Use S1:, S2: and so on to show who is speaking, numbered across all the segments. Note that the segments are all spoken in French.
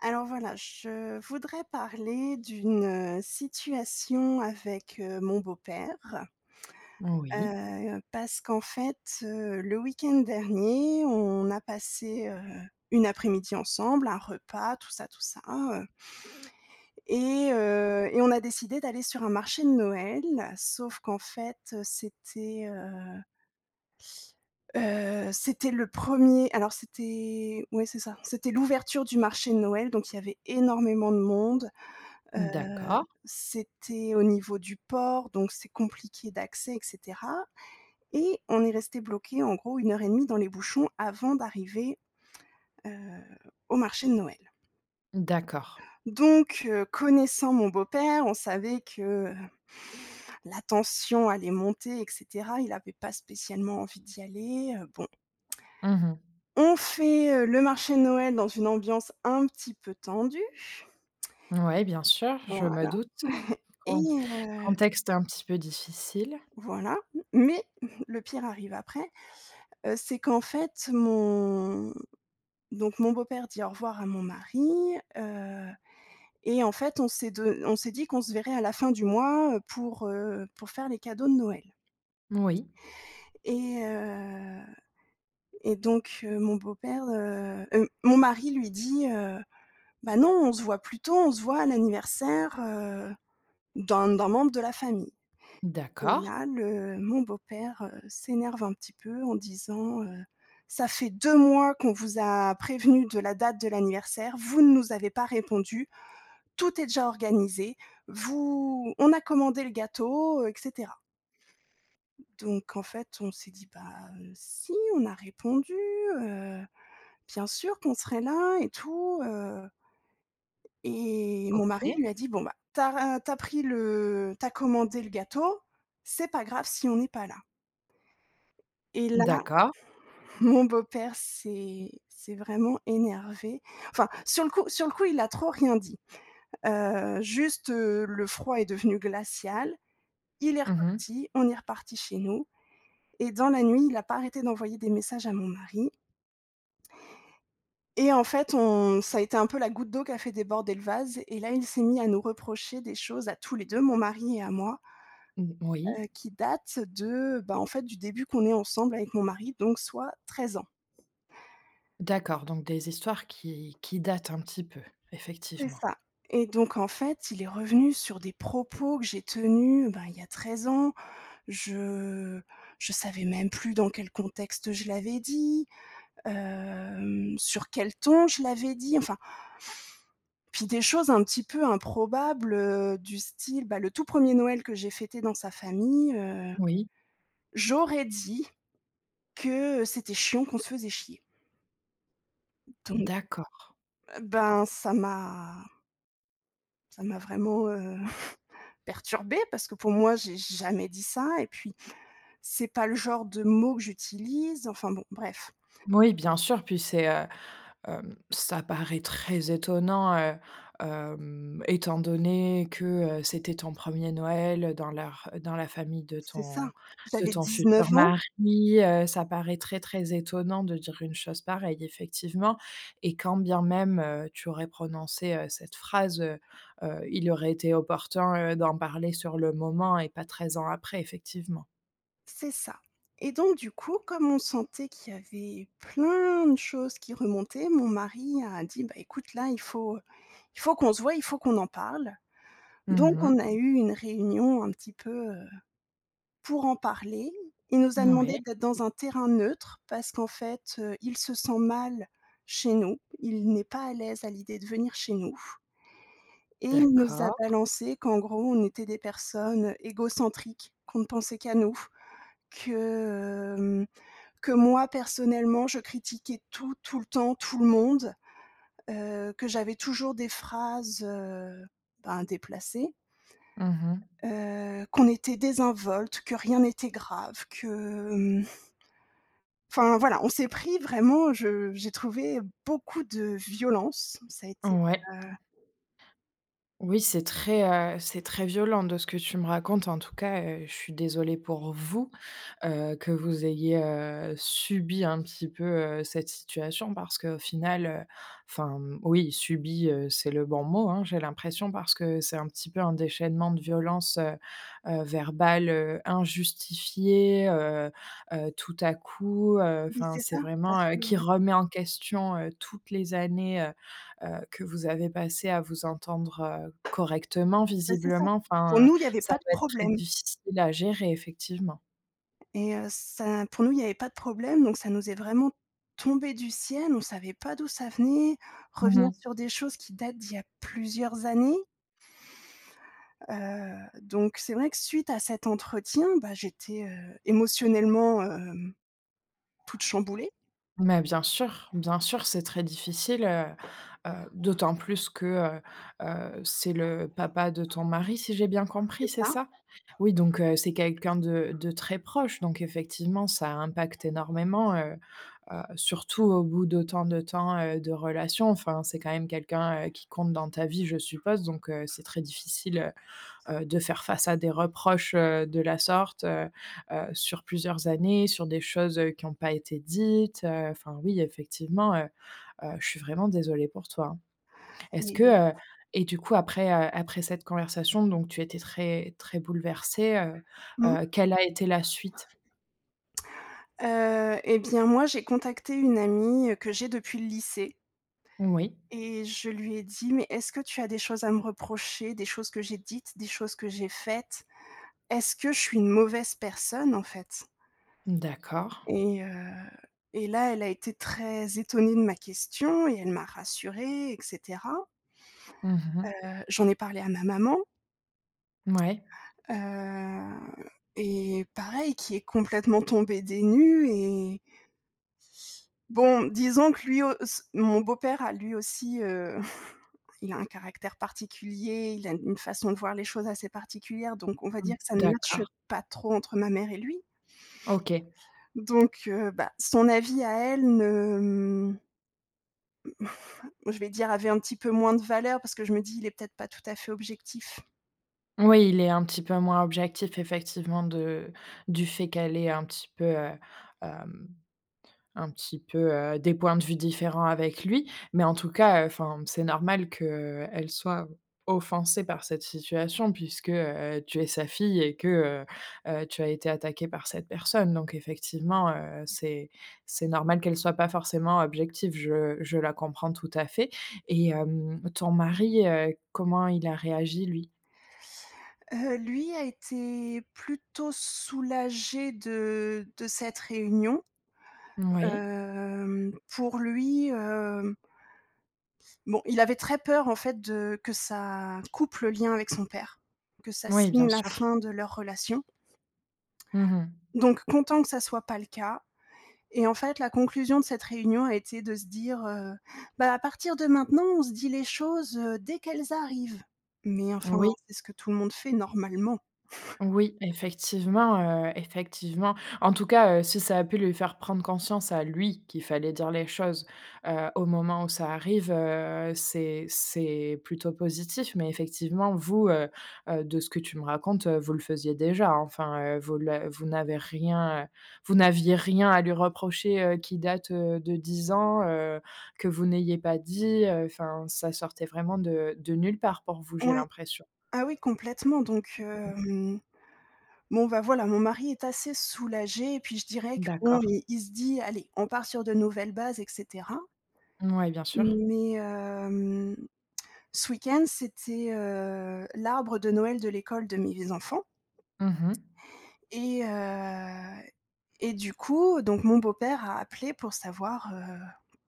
S1: Alors voilà, je voudrais parler d'une, situation avec, mon beau-père,
S2: Oui,
S1: parce qu'en fait, le week-end dernier, on a passé, une après-midi ensemble, un repas, tout ça, et on a décidé d'aller sur un marché de Noël, sauf qu'en fait, c'était, c'était le premier, alors c'était ouais, c'est ça, c'était l'ouverture du marché de Noël, donc il y avait énormément de monde. Heu,
S2: d'accord,
S1: C'était au niveau du port, donc c'est compliqué d'accès et cetera et on est resté bloqués en gros une heure et demie dans les bouchons avant d'arriver, heu, au marché de Noël.
S2: d'accord.
S1: Donc connaissant mon beau-père, on savait que, heu, la tension allait monter et cetera. Il avait pas spécialement envie d'y aller, bon.
S2: Mmh mh.
S1: On fait, le marché de Noël dans une ambiance un petit peu tendue,
S2: Ouais, bien sûr, je me
S1: voilà
S2: doute.
S1: et
S2: Con
S1: heu,
S2: contexte un petit peu difficile.
S1: voilà, mais le pire arrive après. C'est qu'en fait mon beau-père dit au revoir à mon mari, heu et en fait on s'est dit qu'on se verrait à la fin du mois, pour faire les cadeaux de Noël
S2: Oui,
S1: et heu et donc mon beau-père, mon mari lui dit, «Bah non, on se voit plus tôt, on se voit à l'anniversaire, d'un membre de la famille». Et
S2: d'accord,
S1: là, le mon beau-père, s'énerve un petit peu en disant, «Ça fait 2 mois qu'on vous a prévenu de la date de l'anniversaire, vous ne nous avez pas répondu, tout est déjà organisé, vous on a commandé le gâteau, et cetera». Donc en fait, on s'est dit: «Bah, si, on a répondu, heu, bien sûr qu'on serait là et tout», et mon mari lui
S2: OK,
S1: a dit: «Bon, bah, t'as commandé le gâteau, c'est pas grave si on n'est pas là». Et là
S2: d'accord.
S1: mon beau-père s'est vraiment énervé. Enfin, sur le coup, il a trop rien dit. Le froid est devenu glacial. Il est
S2: Mmh mh.
S1: reparti, on est reparti chez nous et dans la nuit, il a pas arrêté d'envoyer des messages à mon mari et en fait, on ça a été un peu la goutte d'eau qui a fait déborder le vase et là, il s'est mis à nous reprocher des choses à tous les 2, mon mari et à moi,
S2: Mmh, oui,
S1: qui datent de, bah, en fait, du début qu'on est ensemble avec mon mari, donc soit 13 ans.
S2: d'accord, donc des histoires qui datent un petit peu,
S1: C'est
S2: effectivement.
S1: ça et donc en fait, il est revenu sur des propos que j'ai tenus, ben, il y a 13 ans. Je je savais même plus dans quel contexte je l'avais dit, sur quel ton je l'avais dit, enfin, puis des choses un petit peu improbables, du style, bah, le tout premier Noël que j'ai fêté dans sa famille,
S2: Oui,
S1: j'aurais dit que c'était chiant qu'on se faisait chier. Donc
S2: d'accord.
S1: ben, ça m'a vraiment, perturbée parce que pour moi, j'ai jamais dit ça et puis c'est pas le genre de mots que j'utilise, enfin bon, bref,
S2: Oui, bien sûr, puis c'est. Hem, ça paraît très étonnant, hem, étant donné que, c'était ton premier Noël, dans leur dans la famille de
S1: c'est ça. J'avais
S2: ton
S1: 19
S2: futur
S1: ans,
S2: mari, ça paraît très, très étonnant de dire une chose pareille, effectivement. Et quand bien même, tu aurais prononcé, cette phrase. Il aurait été opportun, d'en parler sur le moment et pas 13 ans après, effectivement.
S1: c'est ça et donc du coup, comme on sentait qu'il y avait plein de choses qui remontaient, mon mari a dit: «Bah, écoute, là, il faut qu'on se voie, il faut qu'on en parle».
S2: Mmh
S1: Donc
S2: mh.
S1: on a eu une réunion un petit peu, pour en parler. Il nous a demandé d'être dans un terrain neutre parce qu'en fait, il se sent mal chez nous. Il n'est pas à l'aise à l'idée de venir chez nous. Et il nous a
S2: D'accord.
S1: balancé qu'en gros, on était des personnes égocentriques, qu'on ne pensait qu'à nous, que, hem, que moi personnellement, je critiquais tout, tout le temps, tout le monde, que j'avais toujours des phrases, ben, déplacées,
S2: Mmh.
S1: qu'on était désinvoltes, que rien n'était grave, que, hem, enfin voilà, on s'est pris vraiment je j'ai trouvé beaucoup de violence, ça a été
S2: Ouais. Oui, c'est c'est très violent de ce que tu me racontes. En tout cas, je suis désolée pour vous. Que vous ayez, subi un petit peu, cette situation parce qu'au final, enfin, mmh, oui, «subi», c'est le bon mot, hein, j'ai l'impression parce que c'est un petit peu un déchaînement de violence, verbale, injustifiée, tout à coup,
S1: mais
S2: enfin,
S1: c'est
S2: c'est
S1: ça,
S2: vraiment,
S1: parce que
S2: qui remet en question, toutes les années, que vous avez passées à vous entendre, correctement
S1: bah, c'est ça.
S2: visiblement.
S1: Pour
S2: Enfin,
S1: nous, il y avait
S2: ça
S1: pas de
S2: doit être très
S1: problème
S2: difficile à gérer effectivement.
S1: et ça pour nous, il y avait pas de problème, donc ça nous est vraiment tombé du ciel. On savait pas d'où ça venait, revenir sur des choses qui datent d'il y a plusieurs années, heu, donc c'est vrai que suite à cet entretien, bah, j'étais, émotionnellement, toute chamboulée.
S2: Mais bien sûr, c'est très difficile, d'autant plus que, c'est le papa de ton mari, si j'ai bien
S1: C'est
S2: compris, c'est
S1: ça.
S2: ça? Oui, donc c'est quelqu'un de très proche, donc effectivement, ça impacte énormément, surtout au bout d'autant de temps, de relation. Enfin, c'est quand même quelqu'un, qui compte dans ta vie, je suppose, donc c'est très difficile, de faire face à des reproches, de la sorte, sur plusieurs années, sur des choses, qui n'ont pas été dites, enfin oui, effectivement, je suis vraiment désolée pour toi, hein. Est-ce
S1: Et
S2: que, heu et du coup après, après cette conversation, donc tu étais très très bouleversée,
S1: mmh.
S2: quelle a été la suite?
S1: Et bien, moi, j'ai contacté une amie, que j'ai depuis le lycée
S2: Oui,
S1: et je lui ai dit: «Mais est-ce que tu as des choses à me reprocher? Des choses que j'ai dites, des choses que j'ai faites? Est-ce que je suis une mauvaise personne, en fait?»
S2: d'accord.
S1: et heu et là, elle a été très étonnée de ma question et elle m'a rassurée et cetera.
S2: Mmh.
S1: J'en ai parlé à ma maman,
S2: Ouais.
S1: heu et pareil, qui est complètement tombée des nues et bon, disons que lui au s mon beau-père a lui aussi, il a un caractère particulier, il a une façon de voir les choses assez particulière, donc on va
S2: Mmh,
S1: dire que ça ne matche
S2: d'accord.
S1: pas trop entre ma mère et lui.
S2: OK.
S1: Donc bah, son avis à elle ne, mmh, je vais dire avait un petit peu moins de valeur parce que je me dis: «Il est peut-être pas tout à fait objectif».
S2: Oui, il est un petit peu moins objectif effectivement de du fait qu'elle est un petit peu, hem. Un petit peu, des points de vue différents avec lui, mais en tout cas, enfin, c'est normal qu'elle soit offensée par cette situation puisque, tu es sa fille et que, tu as été attaquée par cette personne. Donc effectivement, c'est normal qu'elle soit pas forcément objective. Je la comprends tout à fait et hem, ton mari, comment il a réagi lui?
S1: Lui a été plutôt soulagé de cette réunion.
S2: Oui.
S1: Hem, pour lui, hem, bon, il avait très peur en fait de que ça coupe le lien avec son père, que ça
S2: Oui,
S1: signe
S2: bien
S1: la
S2: sûr.
S1: fin de leur relation.
S2: Mmh.
S1: Donc content que ça soit pas le cas et en fait, la conclusion de cette réunion a été de se dire, «Bah, à partir de maintenant, on se dit les choses, dès qu'elles arrivent». Mais enfin,
S2: Oui.
S1: c'est ce que tout le monde fait normalement.
S2: Oui, effectivement, effectivement. En tout cas, si ça a pu lui faire prendre conscience à lui qu'il fallait dire les choses, au moment où ça arrive, c'est plutôt positif. Mais effectivement, vous, de ce que tu me racontes, vous le faisiez déjà. Enfin, vous n'avez rien, vous n'aviez rien à lui reprocher, qui date, de 10 ans, que vous n'ayez pas dit, enfin, ça sortait vraiment de nulle part pour vous, j'ai
S1: Ouais.
S2: l'impression.
S1: Ah oui, complètement donc hem, bon, bah, voilà, mon mari est assez soulagé et puis je dirais que bon,
S2: D'accord.
S1: il se dit: «Allez, on part sur de nouvelles bases et cetera».
S2: Oui, bien sûr.
S1: Mais hem, ce week-end, c'était, l'arbre de Noël de l'école de mes enfants
S2: Mhm.
S1: et et du coup, donc mon beau-père a appelé pour savoir,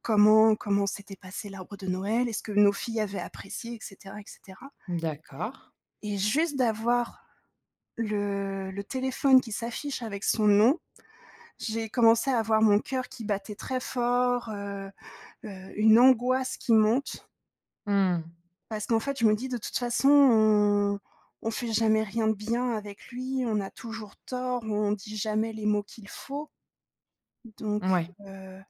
S1: comment s'était passé l'arbre de Noël, est-ce que nos filles avaient apprécié et cetera et cetera
S2: D'accord.
S1: et juste d'avoir le téléphone qui s'affiche avec son nom, j'ai commencé à avoir mon cœur qui battait très fort, une angoisse qui monte
S2: Mmh.
S1: parce qu'en fait, je me dis: «De toute façon, on fait jamais rien de bien avec lui, on a toujours tort, on dit jamais les mots qu'il faut». Donc
S2: Ouais.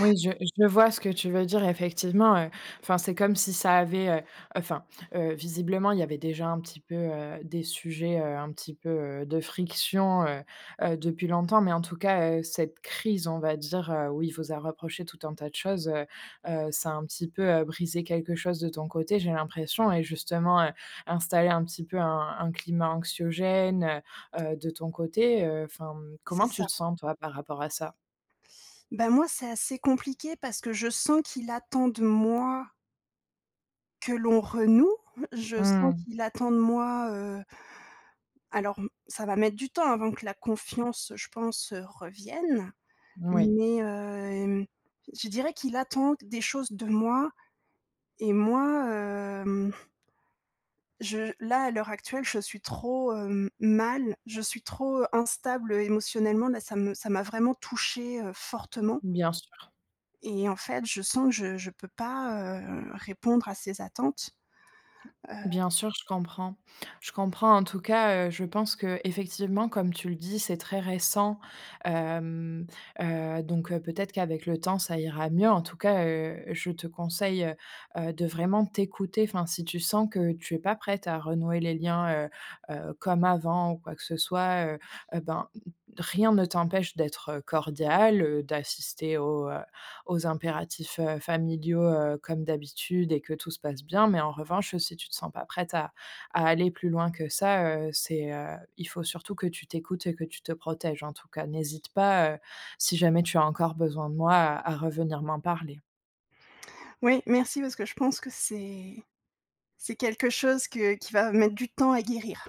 S2: Oui, je vois ce que tu veux dire effectivement, enfin, c'est comme si ça avait, enfin, visiblement, il y avait déjà un petit peu, des sujets, un petit peu, de friction, depuis longtemps. Mais en tout cas, cette crise, on va dire, où il vous a reproché tout un tas de choses, ça a un petit peu, brisé quelque chose de ton côté, j'ai l'impression et justement, installé un petit peu un climat anxiogène, de ton côté, enfin,
S1: c'est
S2: comment
S1: ça.
S2: tu te sens toi par rapport à ça?
S1: Bah, moi, c'est assez compliqué parce que je sens qu'il attend de moi que l'on renoue. Je sens
S2: Mmh,
S1: qu'il attend de moi, alors ça va mettre du temps avant que la confiance, je pense, revienne,
S2: moui.
S1: mais hem, je dirais qu'il attend des choses de moi et moi, hem, je là, à l'heure actuelle, je suis trop, mal, je suis trop instable émotionnellement. Là, ça m'a vraiment touchée, fortement.
S2: Bien sûr,
S1: Et en fait, je sens que je peux pas, répondre à ses attentes, heu
S2: bien sûr, je comprends. Je comprends en tout cas, je pense que effectivement, comme tu le dis, c'est très récent, hem, donc peut-être qu'avec le temps, ça ira mieux. En tout cas, je te conseille, de vraiment t'écouter. Enfin, si tu sens que tu es pas prête à renouer les liens, comme avant ou quoi que ce soit, ben, rien ne t'empêche d'être, cordial, cordiale, d'assister aux, aux impératifs, familiaux, comme d'habitude et que tout se passe bien. Mais en revanche, si tu te sens pas prête à aller plus loin que ça, c'est, il faut surtout que tu t'écoutes et que tu te protèges en tout cas. N'hésite pas, si jamais tu as encore besoin de moi, à revenir m'en parler.
S1: oui, merci parce que je pense que c'est quelque chose que qui va mettre du temps à guérir.